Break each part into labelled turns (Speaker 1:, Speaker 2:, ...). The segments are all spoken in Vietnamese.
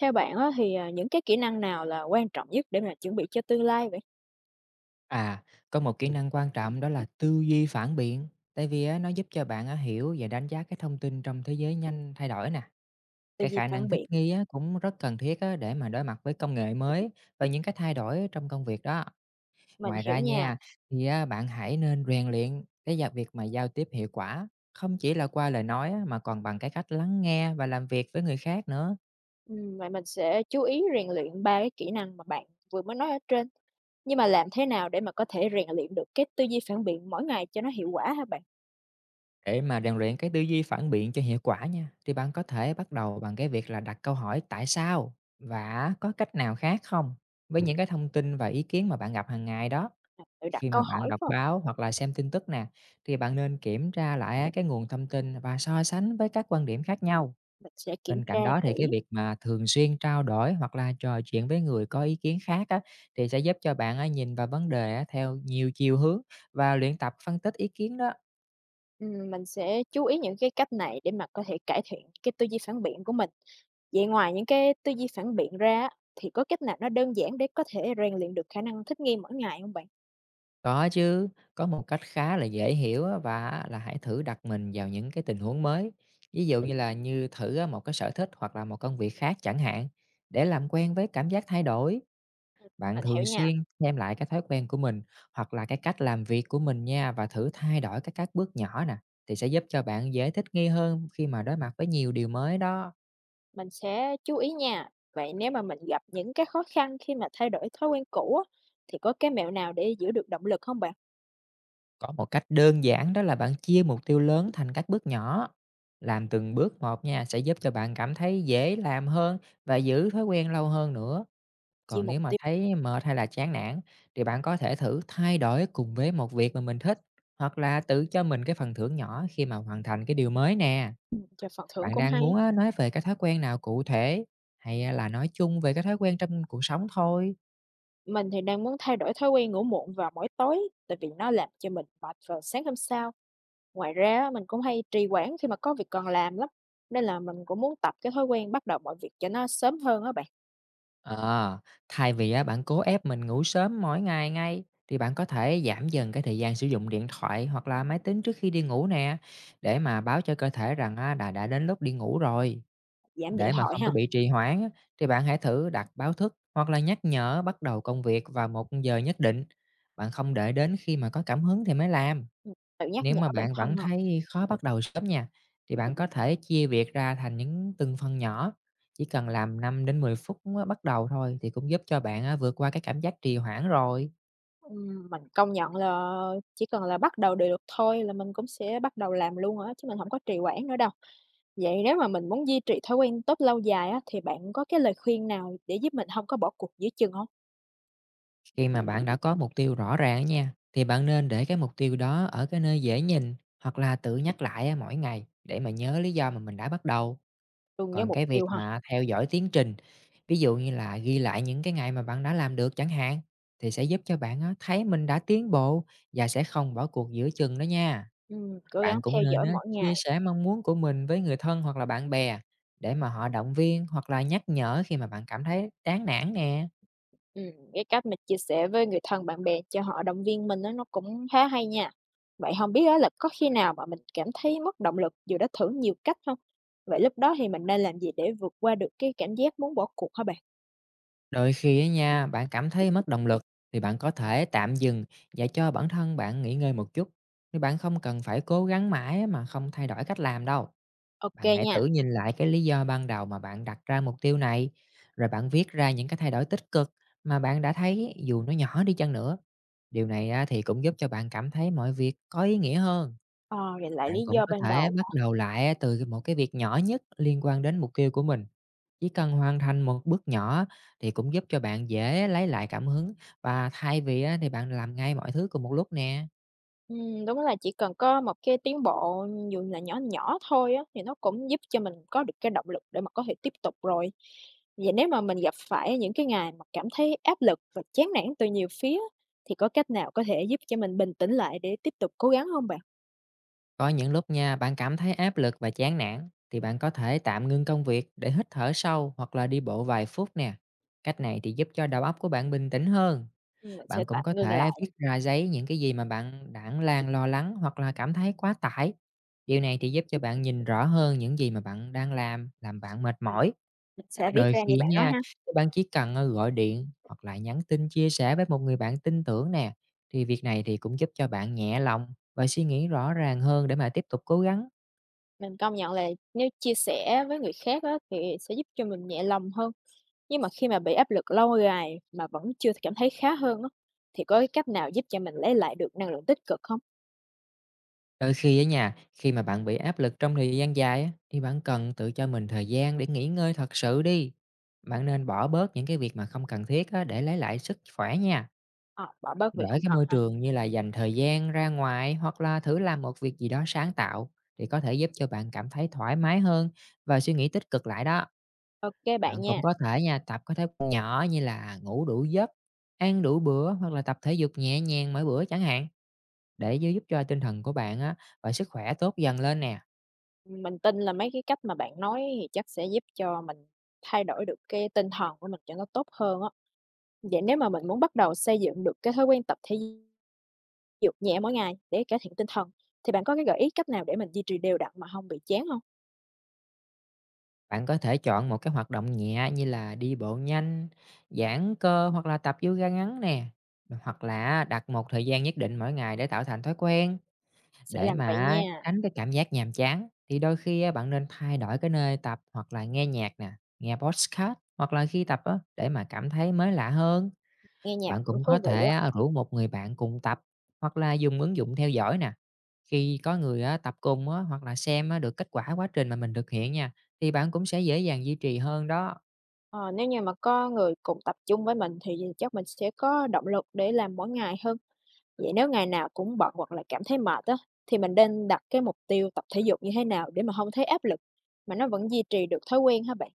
Speaker 1: Theo bạn á, thì, những cái kỹ năng nào là quan trọng nhất để mà chuẩn bị cho tương lai vậy?
Speaker 2: À, có một kỹ năng quan trọng đó là tư duy phản biện, tại vì á, nó giúp cho bạn á, hiểu và đánh giá cái thông tin trong thế giới nhanh thay đổi nè.
Speaker 1: Tư
Speaker 2: Cái
Speaker 1: duy
Speaker 2: khả năng
Speaker 1: phản
Speaker 2: thích
Speaker 1: biện.
Speaker 2: nghi á, cũng rất cần thiết á, để mà đối mặt với công nghệ mới và những cái thay đổi trong công việc đó.
Speaker 1: Mình
Speaker 2: Ngoài
Speaker 1: hiểu
Speaker 2: ra
Speaker 1: nha.
Speaker 2: nha, thì á, bạn hãy nên rèn luyện cái việc mà giao tiếp hiệu quả, không chỉ là qua lời nói á, mà còn bằng cái cách lắng nghe và làm việc với người khác nữa.
Speaker 1: Vậy mình sẽ chú ý rèn luyện 3 cái kỹ năng mà bạn vừa mới nói ở trên. Nhưng mà làm thế nào để mà có thể rèn luyện được cái tư duy phản biện mỗi ngày cho nó hiệu quả hả bạn?
Speaker 2: Để mà rèn luyện cái tư duy phản biện cho hiệu quả nha, thì bạn có thể bắt đầu bằng cái việc là đặt câu hỏi tại sao và có cách nào khác không với những cái thông tin và ý kiến mà bạn gặp hàng ngày đó.
Speaker 1: Tự đặt
Speaker 2: Khi
Speaker 1: câu
Speaker 2: mà bạn
Speaker 1: hỏi phải
Speaker 2: đọc
Speaker 1: hông?
Speaker 2: báo hoặc là xem tin tức nè, thì bạn nên kiểm tra lại á, cái nguồn thông tin và so sánh với các quan điểm khác nhau.
Speaker 1: Mình sẽ kiểm
Speaker 2: Bên
Speaker 1: tra
Speaker 2: cạnh đó thì cái
Speaker 1: kỹ.
Speaker 2: việc mà thường xuyên trao đổi hoặc là trò chuyện với người có ý kiến khác á, thì sẽ giúp cho bạn á, nhìn vào vấn đề á, theo nhiều chiều hướng và luyện tập phân tích ý kiến đó.
Speaker 1: Mình sẽ chú ý những cái cách này để mà có thể cải thiện cái tư duy phản biện của mình. Vậy ngoài những cái tư duy phản biện ra á, thì có cách nào nó đơn giản để có thể rèn luyện được khả năng thích nghi mỗi ngày không bạn?
Speaker 2: Có chứ, có một cách khá là dễ hiểu á và á là hãy thử đặt mình vào những cái tình huống mới. Ví dụ như là như thử á một cái sở thích hoặc là một công việc khác chẳng hạn, để làm quen với cảm giác thay đổi. Bạn
Speaker 1: Mình
Speaker 2: thường
Speaker 1: hiểu nha.
Speaker 2: xuyên xem lại cái thói quen của mình hoặc là cái cách làm việc của mình nha và thử thay đổi các bước nhỏ nè, thì sẽ giúp cho bạn dễ thích nghi hơn khi mà đối mặt với nhiều điều mới đó.
Speaker 1: Mình sẽ chú ý nha. Vậy nếu mà mình gặp những cái khó khăn khi mà thay đổi thói quen cũ á, thì có cái mẹo nào để giữ được động lực không bạn?
Speaker 2: Có một cách đơn giản đó là bạn chia mục tiêu lớn thành các bước nhỏ. Làm từng bước một nha sẽ giúp cho bạn cảm thấy dễ làm hơn và giữ thói quen lâu hơn nữa.
Speaker 1: Chia
Speaker 2: Còn
Speaker 1: mục
Speaker 2: nếu mà
Speaker 1: tiêu.
Speaker 2: thấy mệt hay là chán nản thì bạn có thể thử thay đổi cùng với một việc mà mình thích hoặc là tự cho mình cái phần thưởng nhỏ khi mà hoàn thành cái điều mới nè.
Speaker 1: Cho phần thưởng
Speaker 2: Bạn
Speaker 1: cũng
Speaker 2: đang
Speaker 1: hay.
Speaker 2: muốn á, nói về cái thói quen nào cụ thể hay là nói chung về cái thói quen trong cuộc sống thôi?
Speaker 1: Mình thì đang muốn thay đổi thói quen ngủ muộn vào mỗi tối, tại vì nó làm cho mình mệt vào sáng hôm sau. Ngoài ra á, mình cũng hay trì hoãn khi mà có việc còn làm lắm. Nên là mình cũng muốn tập cái thói quen bắt đầu mọi việc cho nó sớm hơn á bạn.
Speaker 2: Ờ, thay vì á, bạn cố ép mình ngủ sớm mỗi ngày ngay thì bạn có thể giảm dần cái thời gian sử dụng điện thoại hoặc là máy tính trước khi đi ngủ nè để mà báo cho cơ thể rằng á, đã đến lúc đi ngủ rồi.
Speaker 1: Giảm điện
Speaker 2: Để mà
Speaker 1: thoại
Speaker 2: không có
Speaker 1: ha.
Speaker 2: bị trì hoãn á, thì bạn hãy thử đặt báo thức hoặc là nhắc nhở bắt đầu công việc vào một giờ nhất định. Bạn không để đến khi mà có cảm hứng thì mới làm.
Speaker 1: Ừ, tự nhắc
Speaker 2: Nếu
Speaker 1: nhở
Speaker 2: mà
Speaker 1: bản
Speaker 2: bạn
Speaker 1: thân
Speaker 2: vẫn
Speaker 1: hơn.
Speaker 2: thấy khó bắt đầu sớm nha, thì bạn có thể chia việc ra thành những từng phần nhỏ, chỉ cần làm 5 đến 10 phút á, bắt đầu thôi thì cũng giúp cho bạn á, vượt qua cái cảm giác trì hoãn rồi.
Speaker 1: Mình công nhận là chỉ cần là bắt đầu được thôi là mình cũng sẽ bắt đầu làm luôn rồi á, chứ mình không có trì hoãn nữa đâu. Vậy nếu mà mình muốn duy trì thói quen tốt lâu dài á, thì bạn có cái lời khuyên nào để giúp mình không có bỏ cuộc giữa chừng không?
Speaker 2: Khi mà bạn đã có mục tiêu rõ ràng á nha, thì bạn nên để cái mục tiêu đó ở cái nơi dễ nhìn hoặc là tự nhắc lại á, mỗi ngày để mà nhớ lý do mà mình đã bắt đầu.
Speaker 1: Luôn với
Speaker 2: Còn
Speaker 1: mục
Speaker 2: cái việc
Speaker 1: tiêu ha.
Speaker 2: mà theo dõi tiến trình, ví dụ như là ghi lại những cái ngày mà bạn đã làm được chẳng hạn, thì sẽ giúp cho bạn á, thấy mình đã tiến bộ và sẽ không bỏ cuộc giữa chừng đó nha.
Speaker 1: Cố gắng
Speaker 2: Bạn cũng
Speaker 1: theo
Speaker 2: nên
Speaker 1: dõi
Speaker 2: á,
Speaker 1: mỗi
Speaker 2: chia
Speaker 1: ngày.
Speaker 2: sẻ mong muốn của mình với người thân hoặc là bạn bè để mà họ động viên hoặc là nhắc nhở khi mà bạn cảm thấy chán nản nè.
Speaker 1: Ừm, cái cách mình chia sẻ với người thân, bạn bè cho họ động viên mình á, nó cũng khá hay nha. Vậy không biết á là có khi nào mà mình cảm thấy mất động lực dù đã thử nhiều cách không? Vậy lúc đó thì mình nên làm gì để vượt qua được cái cảm giác muốn bỏ cuộc hả bạn?
Speaker 2: Đôi khi á nha, bạn cảm thấy mất động lực thì bạn có thể tạm dừng và cho bản thân bạn nghỉ ngơi một chút. Thì bạn không cần phải cố gắng mãi mà không thay đổi cách làm đâu.
Speaker 1: Ok
Speaker 2: Bạn hãy
Speaker 1: nha.
Speaker 2: thử nhìn lại cái lý do ban đầu mà bạn đặt ra mục tiêu này, rồi bạn viết ra những cái thay đổi tích cực mà bạn đã thấy dù nó nhỏ đi chăng nữa. Điều này á, thì cũng giúp cho bạn cảm thấy mọi việc có ý nghĩa hơn.
Speaker 1: Ờ, vậy lại lý
Speaker 2: Bạn cũng
Speaker 1: do
Speaker 2: có
Speaker 1: ban
Speaker 2: thể
Speaker 1: đầu.
Speaker 2: bắt đầu lại từ một cái việc nhỏ nhất liên quan đến mục tiêu của mình. Chỉ cần hoàn thành một bước nhỏ thì cũng giúp cho bạn dễ lấy lại cảm hứng và thay vì á, thì bạn làm ngay mọi thứ cùng một lúc nè.
Speaker 1: Đúng là chỉ cần có một cái tiến bộ dù là nhỏ nhỏ thôi á, thì nó cũng giúp cho mình có được cái động lực để mà có thể tiếp tục rồi. Vậy nếu mà mình gặp phải những cái ngày mà cảm thấy áp lực và chán nản từ nhiều phía, thì có cách nào có thể giúp cho mình bình tĩnh lại để tiếp tục cố gắng không bạn?
Speaker 2: Có những lúc nha, bạn cảm thấy áp lực và chán nản thì bạn có thể tạm ngưng công việc để hít thở sâu hoặc là đi bộ vài phút nè. Cách này thì giúp cho đầu óc của bạn bình tĩnh hơn.
Speaker 1: Mình sẽ
Speaker 2: Bạn cũng
Speaker 1: tạm
Speaker 2: có
Speaker 1: ngừng
Speaker 2: thể
Speaker 1: lại.
Speaker 2: viết ra giấy những cái gì mà bạn đang lo lắng hoặc là cảm thấy quá tải. Điều này thì giúp cho bạn nhìn rõ hơn những gì mà bạn đang làm bạn mệt
Speaker 1: ờ,
Speaker 2: mỏi.
Speaker 1: mình sẽ viết
Speaker 2: Đôi
Speaker 1: ra
Speaker 2: khi
Speaker 1: như bạn nói
Speaker 2: nha,
Speaker 1: ha.
Speaker 2: các bạn chỉ cần, gọi điện hoặc là nhắn tin chia sẻ với một người bạn tin tưởng nè, thì việc này thì cũng giúp cho bạn nhẹ lòng và suy nghĩ rõ ràng hơn để mà tiếp tục cố gắng.
Speaker 1: Mình công nhận là nếu chia sẻ với người khác á, thì sẽ giúp cho mình nhẹ lòng hơn. Nhưng mà khi mà bị áp lực lâu dài mà vẫn chưa cảm thấy khá hơn á, thì có cái cách nào giúp cho mình lấy lại được năng lượng tích cực không?
Speaker 2: Đôi khi ở nhà khi mà bạn bị áp lực trong thời gian dài á, thì bạn cần tự cho mình thời gian để nghỉ ngơi thật sự đi. Bạn nên bỏ bớt những cái việc mà không cần thiết á để lấy lại sức khỏe nha.
Speaker 1: Ờ, bỏ bớt việc
Speaker 2: Đổi
Speaker 1: không
Speaker 2: cái
Speaker 1: cần
Speaker 2: môi
Speaker 1: ha.
Speaker 2: trường như là dành thời gian ra ngoài hoặc là thử làm một việc gì đó sáng tạo thì có thể giúp cho bạn cảm thấy thoải mái hơn và suy nghĩ tích cực lại đó.
Speaker 1: Ok bạn
Speaker 2: Bạn
Speaker 1: nha.
Speaker 2: cũng có thể nha, tập có thói quen nhỏ như là ngủ đủ giấc, ăn đủ bữa hoặc là tập thể dục nhẹ nhàng mỗi bữa chẳng hạn để giữ giúp cho tinh thần của bạn á và sức khỏe tốt dần lên nè.
Speaker 1: Mình tin là mấy cái cách mà bạn nói thì chắc sẽ giúp cho mình thay đổi được cái tinh thần của mình cho nó tốt hơn á. Vậy nếu mà mình muốn bắt đầu xây dựng được cái thói quen tập thể dục nhẹ mỗi ngày để cải thiện tinh thần, thì bạn có cái gợi ý cách nào để mình duy trì đều đặn mà không bị chán không?
Speaker 2: Bạn có thể chọn một cái hoạt động nhẹ như là đi bộ nhanh, giãn cơ hoặc là tập yoga ngắn nè. Hoặc là đặt một thời gian nhất định mỗi ngày để tạo thành thói quen
Speaker 1: Sẽ
Speaker 2: để
Speaker 1: làm vậy
Speaker 2: mà
Speaker 1: nha.
Speaker 2: tránh cái cảm giác nhàm chán. Thì đôi khi á, bạn nên thay đổi cái nơi tập hoặc là nghe nhạc nè, nghe podcast hoặc là khi tập á, để mà cảm thấy mới lạ hơn.
Speaker 1: Nghe nhạc
Speaker 2: Bạn
Speaker 1: cũng
Speaker 2: cũng có
Speaker 1: thú vị
Speaker 2: thể
Speaker 1: á.
Speaker 2: á, rủ một người bạn cùng tập hoặc là dùng ứng dụng theo dõi nè. Khi có người á, tập cùng á, hoặc là xem á, được kết quả quá trình mà mình thực hiện nha, thì bạn cũng sẽ dễ dàng duy trì hơn đó.
Speaker 1: Ờ, nếu như mà có người cùng tập trung với mình thì chắc mình sẽ có động lực để làm mỗi ngày hơn. Vậy nếu ngày nào cũng bận hoặc là cảm thấy mệt á, thì mình nên đặt cái mục tiêu tập thể dục như thế nào để mà không thấy áp lực mà nó vẫn duy trì được thói quen hả bạn?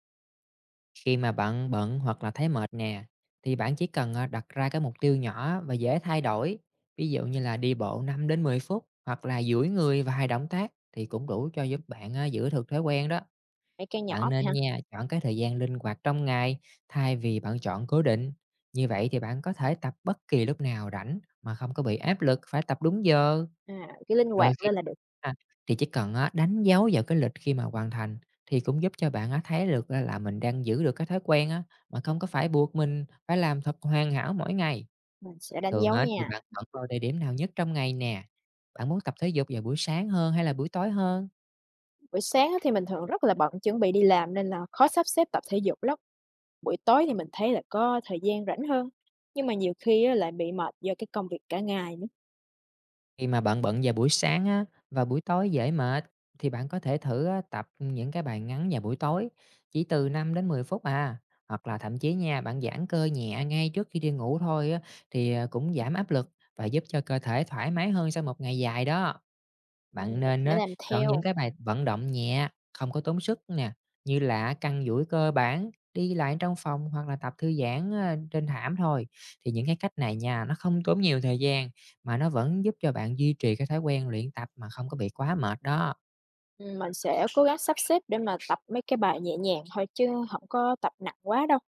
Speaker 2: Khi mà bạn bận hoặc là thấy mệt nè, thì bạn chỉ cần đặt ra cái mục tiêu nhỏ và dễ thay đổi. Ví dụ như là đi bộ 5 đến 10 phút hoặc là duỗi người vài động tác thì cũng đủ cho giúp bạn giữ được thói quen đó.
Speaker 1: Mấy cái nhỏ
Speaker 2: Bạn
Speaker 1: thôi
Speaker 2: nên
Speaker 1: ha.
Speaker 2: nha, chọn cái thời gian linh hoạt trong ngày thay vì bạn chọn cố định. Như vậy thì bạn có thể tập bất kỳ lúc nào rảnh mà không có bị áp lực phải tập đúng giờ.
Speaker 1: À, cái linh
Speaker 2: Đôi
Speaker 1: hoạt
Speaker 2: khi
Speaker 1: lên là được.
Speaker 2: à, thì chỉ cần á, đánh dấu vào cái lịch khi mà hoàn thành thì cũng giúp cho bạn á, thấy được là mình đang giữ được cái thói quen á, mà không có phải buộc mình phải làm thật hoàn hảo mỗi ngày.
Speaker 1: Mình sẽ đánh
Speaker 2: Thường
Speaker 1: dấu
Speaker 2: á, thì
Speaker 1: nha.
Speaker 2: bạn chọn vào địa điểm nào nhất trong ngày nè. Bạn muốn tập thể dục vào buổi sáng hơn hay là buổi tối hơn?
Speaker 1: Buổi sáng á thì mình thường rất là bận chuẩn bị đi làm nên là khó sắp xếp tập thể dục lắm. Buổi tối thì mình thấy là có thời gian rảnh hơn. Nhưng mà nhiều khi á lại bị mệt do cái công việc cả ngày nữa.
Speaker 2: Khi mà bạn bận vào buổi sáng á, và buổi tối dễ mệt thì bạn có thể thử á, tập những cái bài ngắn vào buổi tối, chỉ từ 5 đến 10 phút. Hoặc là thậm chí nha, bạn giãn cơ nhẹ ngay trước khi đi ngủ thôi á, thì cũng giảm áp lực và giúp cho cơ thể thoải mái hơn sau một ngày dài đó. Bạn
Speaker 1: Mình
Speaker 2: nên
Speaker 1: sẽ
Speaker 2: á,
Speaker 1: làm
Speaker 2: chọn những
Speaker 1: theo.
Speaker 2: cái bài vận động nhẹ, không có tốn sức nè, như là căng duỗi cơ bản, đi lại trong phòng hoặc là tập thư giãn, trên thảm thôi. Thì những cái cách này nha, nó không tốn nhiều thời gian mà nó vẫn giúp cho bạn duy trì cái thói quen luyện tập mà không có bị quá mệt đó.
Speaker 1: Mình sẽ cố gắng sắp xếp để mà tập mấy cái bài nhẹ nhàng thôi chứ không có tập nặng quá đâu.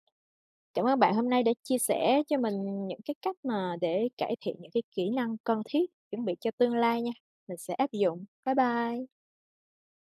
Speaker 1: Cảm ơn bạn hôm nay đã chia sẻ cho mình những cái cách mà để cải thiện những cái kỹ năng cần thiết chuẩn bị cho tương lai nha, mình sẽ áp dụng. Bye bye.